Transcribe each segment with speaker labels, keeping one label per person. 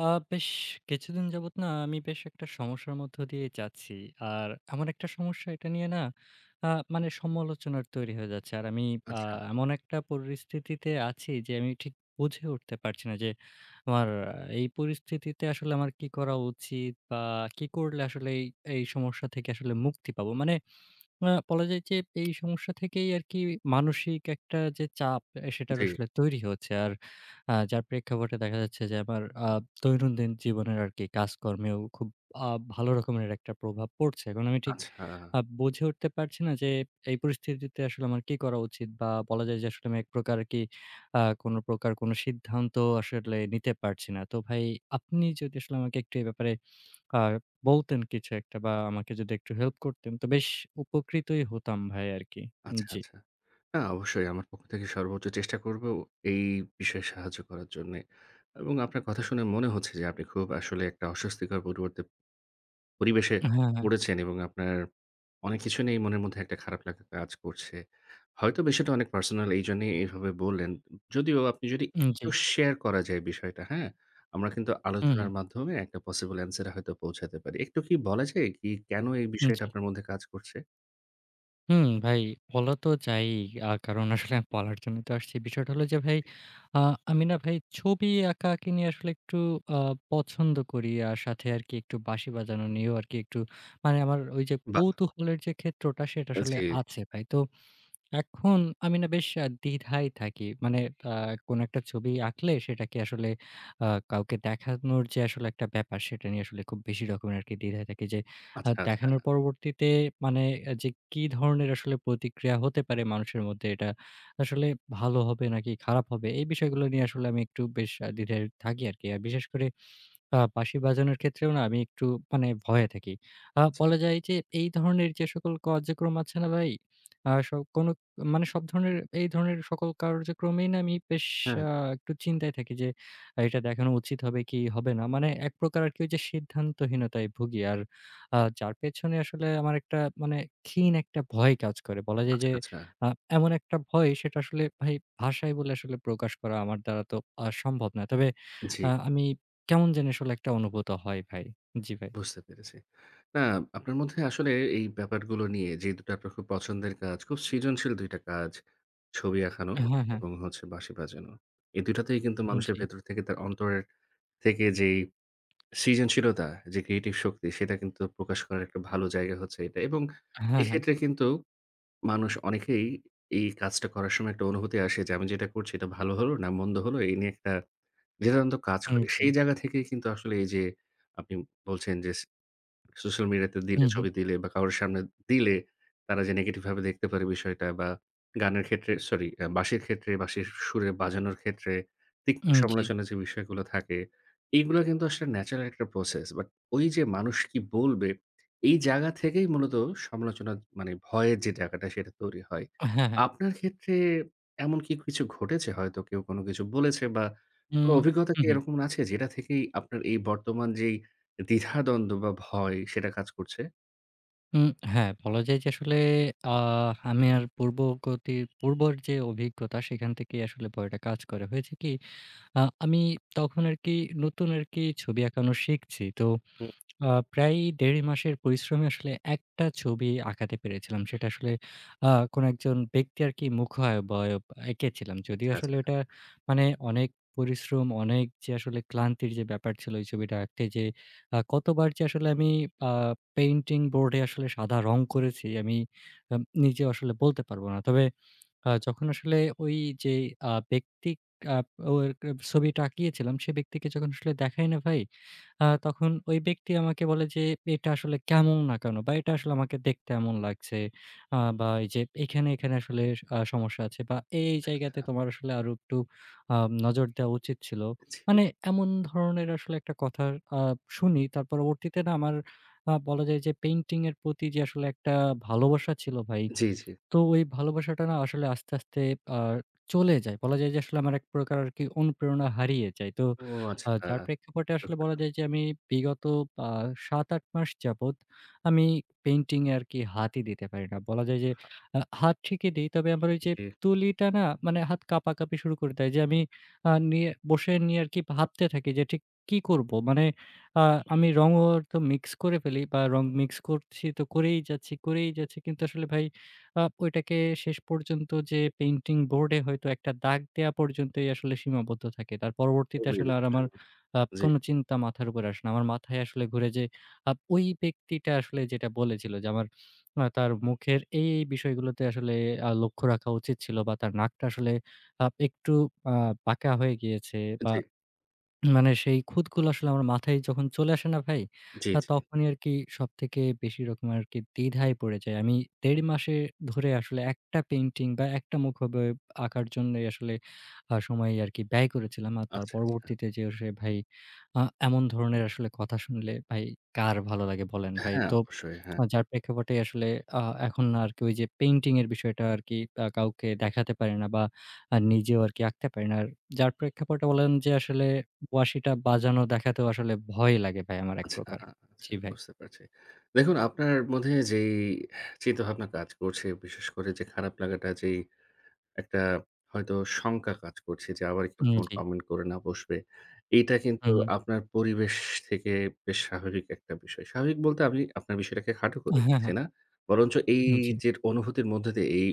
Speaker 1: আ বেশ কিছুদিন যাবত না আমি বেশ একটা সমস্যার মধ্য দিয়ে যাচ্ছি। আর এমন একটা সমস্যা এটা নিয়ে না আ মানে সমালোচনার তৈরি হয়ে যাচ্ছে। আর আমি আ
Speaker 2: আচ্ছা,
Speaker 1: এমন একটা পরিস্থিতিতে আছি যে আমি ঠিক বুঝে উঠতে পারছি না যে আমার এই পরিস্থিতিতে আসলে আমার কি করা উচিত, বা কি করলে আসলে এই সমস্যা থেকে আসলে মুক্তি পাবো? মানে বলা যায় যে এই সমস্যা থেকেই আরকি মানসিক একটা যে চাপ সেটার
Speaker 2: জি।
Speaker 1: আসলে তৈরি হচ্ছে। আর যার প্রেক্ষাপটে দেখা যাচ্ছে যে আমার দৈনন্দিন জীবনের আরকি কাজকর্মেও খুব আ ভালো রকমের একটা প্রভাব পড়ছে। এখন আমি ঠিক
Speaker 2: আচ্ছা,
Speaker 1: বুঝে উঠতে পারছি না যে এই পরিস্থিতিতে আসলে আমার কি করা উচিত? বা বলা যায় যে আসলে আমি এক প্রকার আরকি কোন প্রকার কোন সিদ্ধান্ত আসলে নিতে পারছি না। তো ভাই, আপনি যদি আসলে আমাকে একটু এ ব্যাপারে আ বলতেন কিছু একটা, বা আমাকে যদি একটু হেল্প করতেন তো বেশ উপকৃতই হতাম ভাই আরকি।
Speaker 2: আচ্ছা,
Speaker 1: জি।
Speaker 2: আচ্ছা। না অবশ্যই আমার পক্ষ থেকে সর্বোচ্চ চেষ্টা করব এই বিষয়ে সাহায্য করার জন্যে। এবং আপনার কথা শুনে মনে হচ্ছে যে আপনি খুব আসলে একটা অস্বস্তিকর পরিবর্তে পরিবেশে
Speaker 1: হ্যাঁ, হ্যাঁ।
Speaker 2: পড়েছেন এবং আপনার অনেক কিছু নিয়েই মনের মধ্যে একটা খারাপ লাগা কাজ করছে। হয়তো বিষয়টা অনেক পার্সোনাল এইজন্যেই এভাবে বললেন। যদিও আপনি যদি
Speaker 1: জি।
Speaker 2: একটু শেয়ার করা যায় বিষয়টা, হ্যাঁ? আমরা কিন্তু
Speaker 1: হুম, হুম।
Speaker 2: আলোচনার মাধ্যমে একটা পসিবল অ্যান্সার এ হয়তো পৌঁছাতে পারি। একটু কি বলা যায় কি কেন এই বিষয়টা
Speaker 1: জি।
Speaker 2: আপনার মধ্যে কাজ করছে?
Speaker 1: হুম, ভাই বলা তো যায়ই। কারণ আসলে আমি বলার জন্য তো আসছি। বিষয়টা হলো যে ভাই, আ আমি না ভাই ছবি আঁকাআঁকি নিয়ে আসলে একটু আ পছন্দ করি। আর সাথে আরকি একটু বাঁশি বাজানো নিয়েও আরকি একটু মানে আমার ওই যে
Speaker 2: বা
Speaker 1: কৌতূহলের যে ক্ষেত্রটা সেটা আসলে
Speaker 2: জি।
Speaker 1: আছে ভাই। তো এখন আমি না বেশ দ্বিধায় থাকি। মানে আ কোনো একটা ছবি আঁকলে সেটাকে আসলে আ কাউকে দেখানোর যে আসলে একটা ব্যাপার সেটা নিয়ে আসলে খুব বেশি রকমের আরকি দ্বিধায় থাকি যে
Speaker 2: আচ্ছা, আচ্ছা,
Speaker 1: দেখানোর পরবর্তীতে মানে যে কি ধরনের আসলে প্রতিক্রিয়া হতে পারে মানুষের মধ্যে, এটা আসলে ভালো হবে নাকি খারাপ হবে? এই বিষয়গুলো নিয়ে আসলে আমি একটু বেশ দ্বিধায় থাকি আরকি। আর বিশেষ করে বাঁশি বাজানোর ক্ষেত্রেও না আমি একটু মানে ভয়ে থাকি।
Speaker 2: আচ্ছা।
Speaker 1: বলা যায় যে এই ধরনের যে সকল কার্যক্রম আছে না ভাই, আ স কোনো মানে সব ধরনের এই ধরনের সকল কার্যক্রমেই না আমি বেশ
Speaker 2: হ্যাঁ,
Speaker 1: আ একটু চিন্তায় থাকি যে এটা দেখানো উচিত হবে কি হবে না। মানে এক প্রকার আরকি ওই যে সিদ্ধান্তহীনতায় ভুগি। আর যার পেছনে আসলে আমার একটা মানে ক্ষীণ একটা ভয় কাজ করে। বলা যায়
Speaker 2: আচ্ছা,
Speaker 1: যে
Speaker 2: আচ্ছা।
Speaker 1: আ এমন একটা ভয় সেটা আসলে ভাই, ভাষায় বলে আসলে প্রকাশ করা আমার দ্বারা তো সম্ভব না। তবে
Speaker 2: জি,
Speaker 1: আমি কেমন যেন আসলে একটা অনুভূত হয় ভাই। জি ভাই।
Speaker 2: বুঝতে পেরেছি। না, আপনার মধ্যে আসলে এই ব্যাপারগুলো নিয়ে যে ২ টা আপনার খুব পছন্দের কাজ, খুব সৃজনশীল ২ টা কাজ। ছবি আঁকানো
Speaker 1: হ্যাঁ, হ্যাঁ।
Speaker 2: এবং হচ্ছে বাঁশি বাজানো। এই ২ টাতেই কিন্তু মানুষের
Speaker 1: জি।
Speaker 2: ভেতর থেকে তার অন্তরের থেকে যেই সৃজনশীলতা, যে ক্রিয়েটিভ শক্তি সেটা কিন্তু প্রকাশ করার একটা ভালো জায়গা হচ্ছে এটা। এবং
Speaker 1: হ্যাঁ, হ্যাঁ।
Speaker 2: এক্ষেত্রে কিন্তু মানুষ অনেকেই এই কাজটা করার সময় একটা অনুভূতি আসে যে আমি যেটা করছি এটা ভালো হলো না মন্দ হলো এই নিয়ে একটা দ্বিধাদ্বন্দ্ব কাজ করে।
Speaker 1: জি।
Speaker 2: সেই জায়গা থেকেই কিন্তু আসলে এই যে আপনি বলছেন যে সোশ্যাল মিডিয়াতে দিলে,
Speaker 1: হুম, হুম।
Speaker 2: ছবি দিলে বা কারোর সামনে দিলে তারা যে নেগেটিভ ভাবে দেখতে পারে বিষয়টা বা গানের ক্ষেত্রে সরি বাঁশির ক্ষেত্রে, বাঁশির সুরে বাজানোর ক্ষেত্রে তীক্ষ্ণ
Speaker 1: জি।
Speaker 2: সমালোচনার যে বিষয়গুলো থাকে, এইগুলা কিন্তু আসলে ন্যাচারাল একটা প্রসেস। বাট ওই যে মানুষ কি বলবে, এই জায়গা থেকেই মূলত সমালোচনার মানে ভয়ের যে জায়গাটা সেটা তৈরি হয়।
Speaker 1: হ্যাঁ, হ্যাঁ।
Speaker 2: আপনার ক্ষেত্রে এমন কি কিছু ঘটেছে হয়তো কেউ কোনো কিছু বলেছে বা
Speaker 1: উম
Speaker 2: কোনো অভিজ্ঞতা
Speaker 1: হু,
Speaker 2: কি
Speaker 1: হু।
Speaker 2: এরকম আছে যেটা থেকেই আপনার এই বর্তমান যেই দ্বিধাদ্বন্দ্ব বা ভয় সেটা কাজ করছে?
Speaker 1: উম হ্যাঁ, বলা যায় যে আসলে আমি আর পূর্বগতির পূর্বর যে অভিজ্ঞতা সেখান থেকেই আসলে ভয়টা কাজ করে। হয়েছে কি, আমি তখন আরকি নতুন আরকি ছবি আঁকানো শিখছি। তো
Speaker 2: হুম।
Speaker 1: আ প্রায় ১.৫ মাসের পরিশ্রমে আসলে একটা ছবি আঁকাতে পেরেছিলাম। সেটা আসলে আ কোন একজন ব্যক্তি আরকি মুখাবয়ব এঁকেছিলাম। যদিও
Speaker 2: আচ্ছা, আচ্ছা।
Speaker 1: আসলে ওটা মানে অনেক পরিশ্রম, অনেক যে আসলে ক্লান্তির যে ব্যাপার ছিল ওই ছবিটা আঁকতে, যে কতবার যে আসলে আমি আ পেইন্টিং বোর্ডে আসলে সাদা রং করেছি আমি আ নিজেও আসলে বলতে পারব না। তবে যখন আসলে ওই যে ব্যক্তি আ ওর ছবিটা আঁকিয়েছিলাম সে ব্যক্তিকে যখন আসলে দেখাই না ভাই, তখন ওই ব্যক্তি আমাকে বলে যে, "এটা আসলে কেমন না কেন, বা এটা আসলে আমাকে দেখতে এমন লাগছে, বা এই যে এখানে আসলে সমস্যা আছে, বা এই জায়গাতে তোমার আসলে আরো একটু আ নজর দেওয়া উচিত ছিল।"
Speaker 2: জি,
Speaker 1: মানে এমন ধরনের আসলে একটা কথা আ শুনি। তার পরবর্তীতে না আমার বলা যায় যে পেইন্টিং এর প্রতি যে আসলে একটা ভালোবাসা ছিল ভাই,
Speaker 2: জি।
Speaker 1: তো ওই ভালোবাসাটা না আসলে আস্তে, আস্তে আ চলে যায়। বলা যায় যে আসলে আমার এক প্রকার আরকি অনুপ্রেরণা হারিয়ে যায়। তো
Speaker 2: ও আচ্ছা।
Speaker 1: যার প্রেক্ষাপটে আসলে বলা
Speaker 2: দুঃখজনক।
Speaker 1: যায় যে আমি বিগত আ ৭-৮ মাস যাবৎ আমি পেইন্টিং এ আরকি হাতই দিতে পারি না। বলা যায় যে হাত ঠিকই দেই। তবে আমার ওই যে
Speaker 2: জি,
Speaker 1: তুলিটা না মানে হাত কাঁপাকাঁপি শুরু করে দেয় যে আমি নিয়ে বসে নিয়ে আরকি ভাবতে থাকি যে ঠিক কি করব? মানে আ আমি রঙও তো মিক্স করে ফেলি, বা রং মিক্স করছি তো করেই যাচ্ছি, করেই যাচ্ছি। কিন্তু আসলে ভাই ওইটাকে শেষ পর্যন্ত যে পেইন্টিং বোর্ডে হয়তো একটা দাগ দেয়া পর্যন্তই আসলে সীমাবদ্ধ থাকে। তার পরবর্তীতে
Speaker 2: খুবই
Speaker 1: আসলে আর আমার
Speaker 2: দুঃখজনক। জি,
Speaker 1: কোনো চিন্তা মাথার উপরে আসে না। আমার মাথায় আসলে ঘুরে যে, ওই ব্যক্তিটা আসলে যেটা বলেছিল যে আমার তার মুখের এই বিষয়গুলোতে আসলে লক্ষ্য রাখা উচিত ছিল, বা তার নাকটা আসলে একটু আ বাঁকা হয়ে গিয়েছে, বা
Speaker 2: জি,
Speaker 1: মানে সেই খুঁতগুলো আসলে আমার মাথায় যখন চলে আসে না ভাই,
Speaker 2: জি, জি।
Speaker 1: তখনই আরকি সবথেকে বেশি রকম আরকি দ্বিধায় পড়ে যাই। আমি ১.৫ মাসে ধরে আসলে একটা পেইন্টিং বা একটা মুখোভাব আঁকার জন্যই আসলে সময় আরকি ব্যয় করেছিলাম। আর তার
Speaker 2: আচ্ছা, আচ্ছা।
Speaker 1: পরবর্তীতে যে সে ভাই, আ এমন ধরনের আসলে কথা শুনলে ভাই কার ভালো লাগে বলেন ভাই?
Speaker 2: হ্যাঁ,
Speaker 1: তো
Speaker 2: অবশ্যই। হ্যাঁ।
Speaker 1: যার প্রেক্ষাপটে আসলে আ এখন আরকি ওই যে পেইন্টিং এর বিষয়টা আরকি কাউকে দেখাতে পারি না, বা নিজেও আরকি আঁকতে পারি না। আর যার প্রেক্ষাপটে বলেন যে আসলে ওয়াসিটা বাজানো দেখাতেও আসলে ভয় লাগে ভাই আমার এক
Speaker 2: আচ্ছা,
Speaker 1: প্রকার।
Speaker 2: আচ্ছা
Speaker 1: জি ভাই।
Speaker 2: বুঝতে পারছি। দেখুন আপনার মধ্যে যেই চিন্তাভাবনা কাজ করছে, বিশেষ করে যে খারাপ লাগাটা যেই একটা হয়তো শঙ্কা কাজ করছে যে, আবার কেউ কেমন
Speaker 1: জি।
Speaker 2: কমেন্ট করে না বসবে। এইটা কিন্তু
Speaker 1: হুম, হুম।
Speaker 2: আপনার পরিবেশ থেকে বেশ স্বাভাবিক একটা বিষয়। স্বাভাবিক বলতে আমি আপনার বিষয়টাকে খাটো করে
Speaker 1: হ্যাঁ,
Speaker 2: দিচ্ছি
Speaker 1: হ্যাঁ।
Speaker 2: না। বরঞ্চ এই
Speaker 1: জি,
Speaker 2: যে অনুভূতির মধ্যে দিয়ে এই,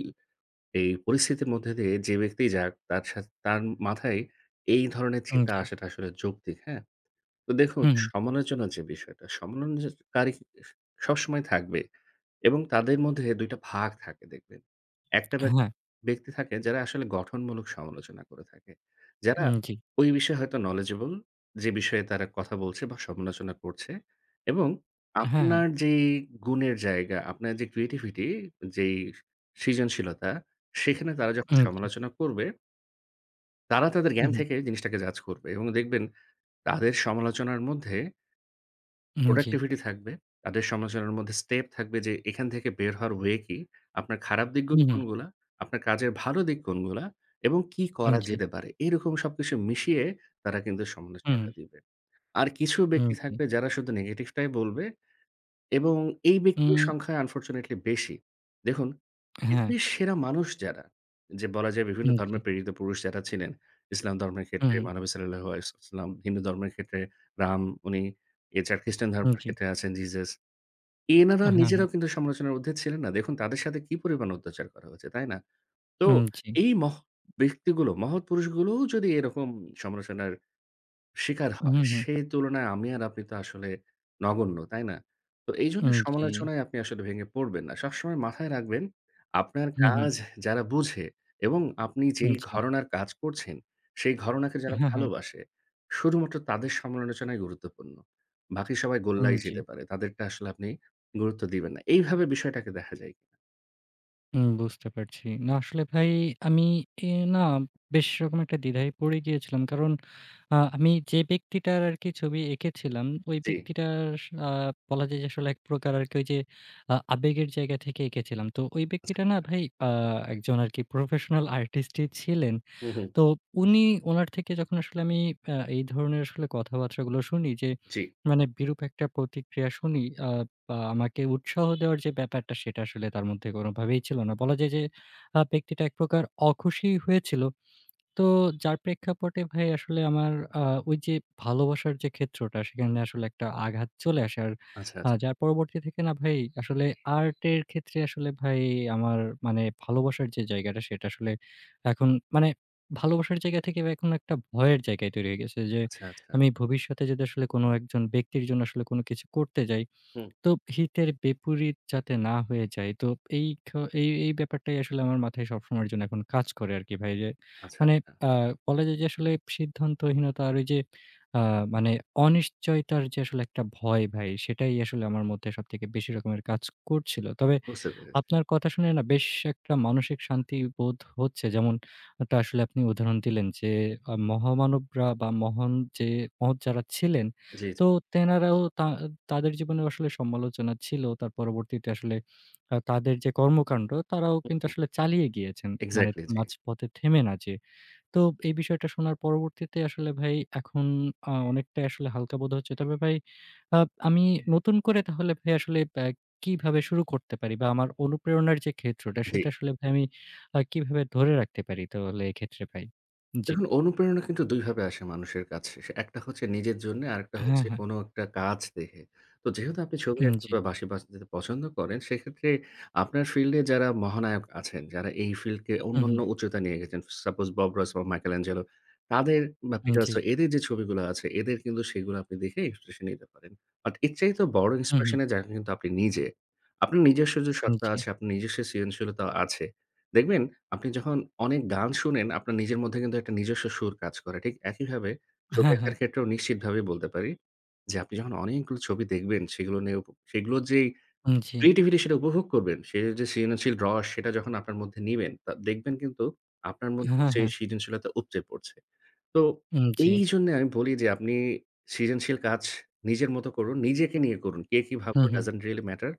Speaker 2: এই পরিস্থিতির মধ্যে দিয়ে যে ব্যক্তিই যাক তার সাথে তার মাথায় এই ধরনের চিন্তা
Speaker 1: জি।
Speaker 2: আসাটা আসলে যৌক্তিক, হ্যাঁ? তো দেখুন
Speaker 1: হুম, হুম।
Speaker 2: সমালোচনা যে বিষয়টা, সমালোচনাকারী সবসময় থাকবে এবং তাদের মধ্যে ২ টা ভাগ থাকে দেখবেন। একটা
Speaker 1: হ্যাঁ,
Speaker 2: ব্যক্তি থাকে যারা আসলে গঠনমূলক সমালোচনা করে থাকে। যারা
Speaker 1: জি।
Speaker 2: ওই বিষয়ে হয়তো knowledgeable যে বিষয়ে তারা কথা বলছে বা সমালোচনা করছে এবং
Speaker 1: হ্যাঁ, হ্যাঁ।
Speaker 2: আপনার যেই গুণের জায়গা, আপনার যে creativity যেই সৃজনশীলতা, সেখানে তারা যখন
Speaker 1: জি।
Speaker 2: সমালোচনা করবে, তারা তাদের
Speaker 1: হুম,
Speaker 2: জ্ঞান
Speaker 1: হুম।
Speaker 2: থেকে জিনিসটাকে জাজ করবে এবং দেখবেন তাদের সমালোচনার মধ্যে
Speaker 1: জি।
Speaker 2: প্রোডাক্টিভিটি থাকবে। তাদের সমালোচনার মধ্যে স্টেপ থাকবে যে এখান থেকে বের হওয়ার ওয়ে কি? আপনার খারাপ
Speaker 1: হুম,
Speaker 2: দিকগুলো
Speaker 1: হুম।
Speaker 2: কোনগুলা? আপনার কাজের ভালো দিক কোনগুলা? এবং কি করা
Speaker 1: জি।
Speaker 2: যেতে পারে? এরকম সবকিছু মিশিয়ে তারা কিন্তু
Speaker 1: হুম, হুম।
Speaker 2: সমালোচনাটা দিবে। আর কিছু ব্যক্তি
Speaker 1: জি।
Speaker 2: থাকবে যারা শুধু নেগেটিভটাই বলবে এবং এই ব্যক্তিদের
Speaker 1: উম
Speaker 2: সংখ্যা আনফরচুনেটলি বেশি। দেখুন,
Speaker 1: হ্যাঁ,
Speaker 2: পৃথিবীর সেরা মানুষ যারা, যে বলা যায় বিভিন্ন
Speaker 1: জি।
Speaker 2: ধর্মে প্রেরিত পুরুষ যারা ছিলেন, ইসলাম ধর্মের
Speaker 1: হুম,
Speaker 2: ক্ষেত্রে
Speaker 1: হুম।
Speaker 2: মহানবী সাল্লাল্লাহু আলাইহি ওয়াসাল্লাম, হিন্দু ধর্মের ক্ষেত্রে রাম উনি, এছাড়া খ্রিস্টান ধর্মের
Speaker 1: জি।
Speaker 2: ক্ষেত্রে আছেন জিসাস। এনারা
Speaker 1: হ্যাঁ, হ্যাঁ।
Speaker 2: নিজেরাও কিন্তু সমালোচনার ঊর্ধ্বে ছিলেন না। দেখুন তাদের সাথে কি পরিমাণ অত্যাচার করা হয়েছে, তাই না? তো
Speaker 1: জি।
Speaker 2: এই মহৎ ব্যক্তিগুলো, মহৎ পুরুষগুলোও যদি এরকম সমালোচনার শিকার হয়।
Speaker 1: হুম, হুম।
Speaker 2: সেই তুলনায় আমি আর আপনি তো আসলে নগণ্য, তাই না? তো এইজন্য
Speaker 1: জি।
Speaker 2: সমালোচনায় আপনি আসলে ভেঙে পড়বেন না। সবসময় মাথায় রাখবেন, আপনার
Speaker 1: হুম, হুম।
Speaker 2: কাজ যারা বুঝে এবং আপনি যেই
Speaker 1: জি।
Speaker 2: ঘরানার কাজ করছেন, সেই ঘরানাকে যারা
Speaker 1: হ্যাঁ, হ্যাঁ।
Speaker 2: ভালোবাসে, শুধুমাত্র তাদের সমালোচনাই গুরুত্বপূর্ণ। বাকি সবাই গোল্লায়
Speaker 1: জি।
Speaker 2: যেতে পারে। তাদেরটা আসলে আপনি গুরুত্ব দিবেন না। এইভাবে বিষয়টাকে দেখা যায় কিনা?
Speaker 1: হুম, বুঝতে পারছি। না আসলে ভাই, আমি এ না বেশ রকম একটা দ্বিধায় পড়ে গিয়েছিলাম। কারণ আমি যে ব্যক্তিটার আরকি ছবি এঁকেছিলাম, ওই
Speaker 2: জি,
Speaker 1: ব্যক্তিটার আ বলা যায় যে আসলে এক প্রকার আরকি ওই যে আবেগের জায়গা থেকে এঁকেছিলাম। তো ওই
Speaker 2: আচ্ছা।
Speaker 1: ব্যক্তিটা না ভাই আ একজন আরকি প্রফেশনাল আর্টিস্টই ছিলেন।
Speaker 2: হুম, হুম।
Speaker 1: তো উনি উনার থেকে যখন আসলে আমি এই ধরনের আসলে কথাবার্তাগুলো শুনি যে,
Speaker 2: জি।
Speaker 1: মানে বিরূপ একটা প্রতিক্রিয়া শুনি, আ বা আমাকে উৎসাহ দেওয়ার যে ব্যাপারটা সেটা আসলে তার মধ্যে কোনোভাবেই ছিল না। বলা যায় যে ব্যক্তিটা এক প্রকার অখুশি হয়েছিল। তো যার প্রেক্ষাপটে ভাই আসলে আমার আ ওই যে ভালোবাসার যে ক্ষেত্রটা সেখানে আসলে একটা আঘাত চলে আসে। আর
Speaker 2: আচ্ছা, আচ্ছা,
Speaker 1: যার পরবর্তী থেকে না ভাই আসলে আর্টের ক্ষেত্রে আসলে ভাই আমার মানে ভালোবাসার যে জায়গাটা সেটা আসলে এখন, মানে ভালোবাসার জায়গা থেকে এখন একটা ভয়ের জায়গায় তৈরি হয়ে গেছে যে
Speaker 2: আচ্ছা।
Speaker 1: আমি ভবিষ্যতে যদি আসলে কোনো একজন ব্যক্তির জন্য আসলে কোনো কিছু করতে যাই
Speaker 2: হুম।
Speaker 1: তো হিতের বিপরীত যাতে না হয়ে যায়। তো এই খ এই এই ব্যাপারটাই আসলে আমার মাথায় সবসময়ের জন্য এখন কাজ করে আরকি ভাই। যে
Speaker 2: আচ্ছা,
Speaker 1: মানে
Speaker 2: আচ্ছা।
Speaker 1: আ বলা যায় যে আসলে সিদ্ধান্তহীনতা আর ওই যে আ মানে অনিশ্চয়তার যে আসলে একটা ভয় ভাই, সেটাই আসলে আমার মধ্যে সবথেকে বেশি রকমের কাজ করছিল। তবে
Speaker 2: বুঝতে পেরেছি।
Speaker 1: আপনার কথা শুনে না বেশ একটা মানসিক শান্তি বোধ হচ্ছে। যেমনটা আসলে আপনি উদাহরণ দিলেন যে, মহামানবরা বা মহান যে মহৎ যারা ছিলেন,
Speaker 2: জি, জি।
Speaker 1: তো তেনারাও তাদের জীবনেও আসলে সমালোচনা ছিল। তার পরবর্তীতে আসলে তাদের যে কর্মকাণ্ড, তারাও
Speaker 2: হুম,
Speaker 1: কিন্তু
Speaker 2: হুম।
Speaker 1: আসলে চালিয়ে গিয়েছেন। মানে
Speaker 2: এক্সাক্টলি, জি।
Speaker 1: মাঝপথে থেমে না যেয়ে। তো এই বিষয়টা শোনার পরবর্তীতে আসলে ভাই এখন অনেকটাই আসলে হালকা বোধ হচ্ছে। তবে ভাই আ আমি নতুন করে তাহলে ভাই আসলে কিভাবে শুরু করতে পারি? বা আমার অনুপ্রেরণার যে ক্ষেত্রটা
Speaker 2: জি।
Speaker 1: সেটা আসলে ভাই আমি কিভাবে ধরে রাখতে পারি তাহলে এক্ষেত্রে ভাই? জি।
Speaker 2: দেখুন অনুপ্রেরণা কিন্তু ২ ভাবে আসে মানুষের কাছে। সে একটা হচ্ছে নিজের জন্যে, আরেকটা
Speaker 1: হ্যাঁ,
Speaker 2: হচ্ছে
Speaker 1: হ্যাঁ।
Speaker 2: কোনো একটা কাজ দেখে। তো যেহেতু আপনি ছবি আঁকতে
Speaker 1: জি।
Speaker 2: বা বাঁশি বাজাতে পছন্দ করেন, সেক্ষেত্রে আপনার ফিল্ডে যারা মহানায়ক আছেন, যারা এই ফিল্ডকে
Speaker 1: হু, হু।
Speaker 2: অন্যান্য উচ্চতায় নিয়ে গেছেন, সাপোজ বব রস বা মাইকেলেঞ্জেলো, তাদের বা
Speaker 1: জি।
Speaker 2: পিকাসো এদের যে ছবিগুলো আছে, এদের কিন্তু সেগুলো আপনি দেখে ইন্সপিরেশন নিতে পারেন। বাট এর চাইতে বড়
Speaker 1: হু, হু।
Speaker 2: ইন্সপিরেশন এর জায়গা কিন্তু আপনি নিজে। আপনার নিজস্ব যে সত্তা
Speaker 1: জি।
Speaker 2: আছে, আপনার নিজস্ব সৃজনশীলতা আছে দেখবেন আপনি যখন অনেক গান শুনেন, আপনার নিজের মধ্যে কিন্তু একটা নিজস্ব সুর কাজ করে। ঠিক একইভাবে ছবি
Speaker 1: হ্যাঁ, হ্যাঁ।
Speaker 2: আঁকার ক্ষেত্রেও নিশ্চিতভাবে বলতে পারি যে, আপনি যখন অনেকগুলো ছবি দেখবেন, সেগুলো নিয়ে সেগুলোর যেই
Speaker 1: জি।
Speaker 2: ক্রিয়েটিভিটি সেটা উপভোগ করবেন, সে যে সৃজনশীল রস সেটা যখন আপনার মধ্যে নিবেন, তা দেখবেন কিন্তু আপনার মধ্যে
Speaker 1: হ্যাঁ,
Speaker 2: সেই
Speaker 1: হ্যাঁ।
Speaker 2: সৃজনশীলতা উপচে পড়ছে। তো
Speaker 1: জি।
Speaker 2: এইজন্যে আমি বলি যে, আপনি সৃজনশীল কাজ নিজের মতো করুন, নিজেকে নিয়ে করুন। কে কি
Speaker 1: হু,
Speaker 2: ভাবলো
Speaker 1: হু।
Speaker 2: doesn't really matter.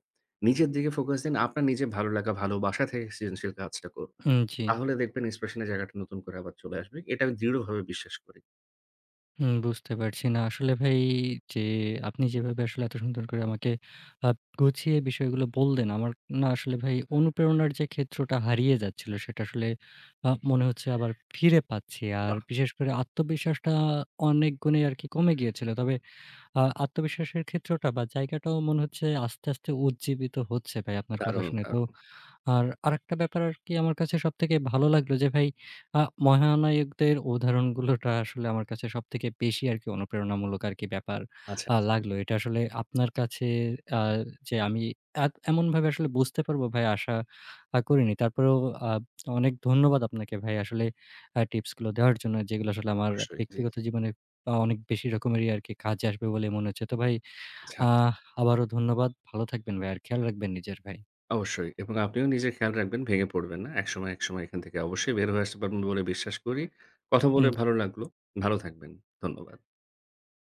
Speaker 2: নিজের দিকে ফোকাস দিন। আপনার নিজের ভালো লাগা, ভালোবাসা থেকে সৃজনশীল কাজটা করুন।
Speaker 1: জি।
Speaker 2: তাহলে দেখবেন inspiration এর জায়গাটা নতুন করে আবার চলে আসবে। এটা আমি দৃঢ়ভাবে বিশ্বাস করি।
Speaker 1: হুম, বুঝতে পারছি। না আসলে ভাই, যে আপনি যেভাবে আসলে এত সুন্দর করে আমাকে আ গুছিয়ে বিষয়গুলো বললেন, আমার না আসলে ভাই অনুপ্রেরণার যে ক্ষেত্রটা হারিয়ে যাচ্ছিল সেটা আসলে মনে হচ্ছে আবার ফিরে পাচ্ছি। আর
Speaker 2: বাহ!
Speaker 1: বিশেষ করে আত্মবিশ্বাসটা অনেক গুণে আরকি কমে গিয়েছিল। তবে আত্মবিশ্বাসের ক্ষেত্রটা বা জায়গাটাও মনে হচ্ছে আস্তে, আস্তে উজ্জীবিত হচ্ছে ভাই আপনার কথা
Speaker 2: দারুণ,
Speaker 1: শুনে।
Speaker 2: দারুণ।
Speaker 1: তো আর আরেকটা ব্যাপার আরকি আমার কাছে সবথেকে ভালো লাগলো যে ভাই, আ মহানায়কদের উদাহরণগুলোটা আসলে আমার কাছে সবথেকে বেশি আরকি অনুপ্রেরণামূলক আরকি ব্যাপার
Speaker 2: আচ্ছা, আচ্ছা।
Speaker 1: লাগলো। এটা আসলে আপনার কাছে আ যে আমি এত এমনভাবে আসলে বুঝতে পারবো ভাই আশা করিনি। তারপরেও আ অনেক ধন্যবাদ আপনাকে ভাই আসলে টিপস গুলো দেওয়ার জন্য, যেগুলো আসলে আমার
Speaker 2: অবশ্যই। জি,
Speaker 1: ব্যক্তিগত
Speaker 2: জি।
Speaker 1: জীবনে অনেক বেশি রকমেরই আরকি কাজে আসবে বলে মনে হচ্ছে। তো ভাই,
Speaker 2: আচ্ছা, আচ্ছা।
Speaker 1: আহ আবারও ধন্যবাদ। ভালো থাকবেন ভাই, আর খেয়াল রাখবেন নিজের ভাই।
Speaker 2: অবশ্যই এবং আপনিও নিজের খেয়াল রাখবেন, ভেঙে পড়বেন না। একসময়, একসময় এখান থেকে অবশ্যই বের হয়ে আসতে পারবেন বলে বিশ্বাস করি। কথা বলে
Speaker 1: জি।
Speaker 2: ভালো লাগলো। ভালো থাকবেন। ধন্যবাদ।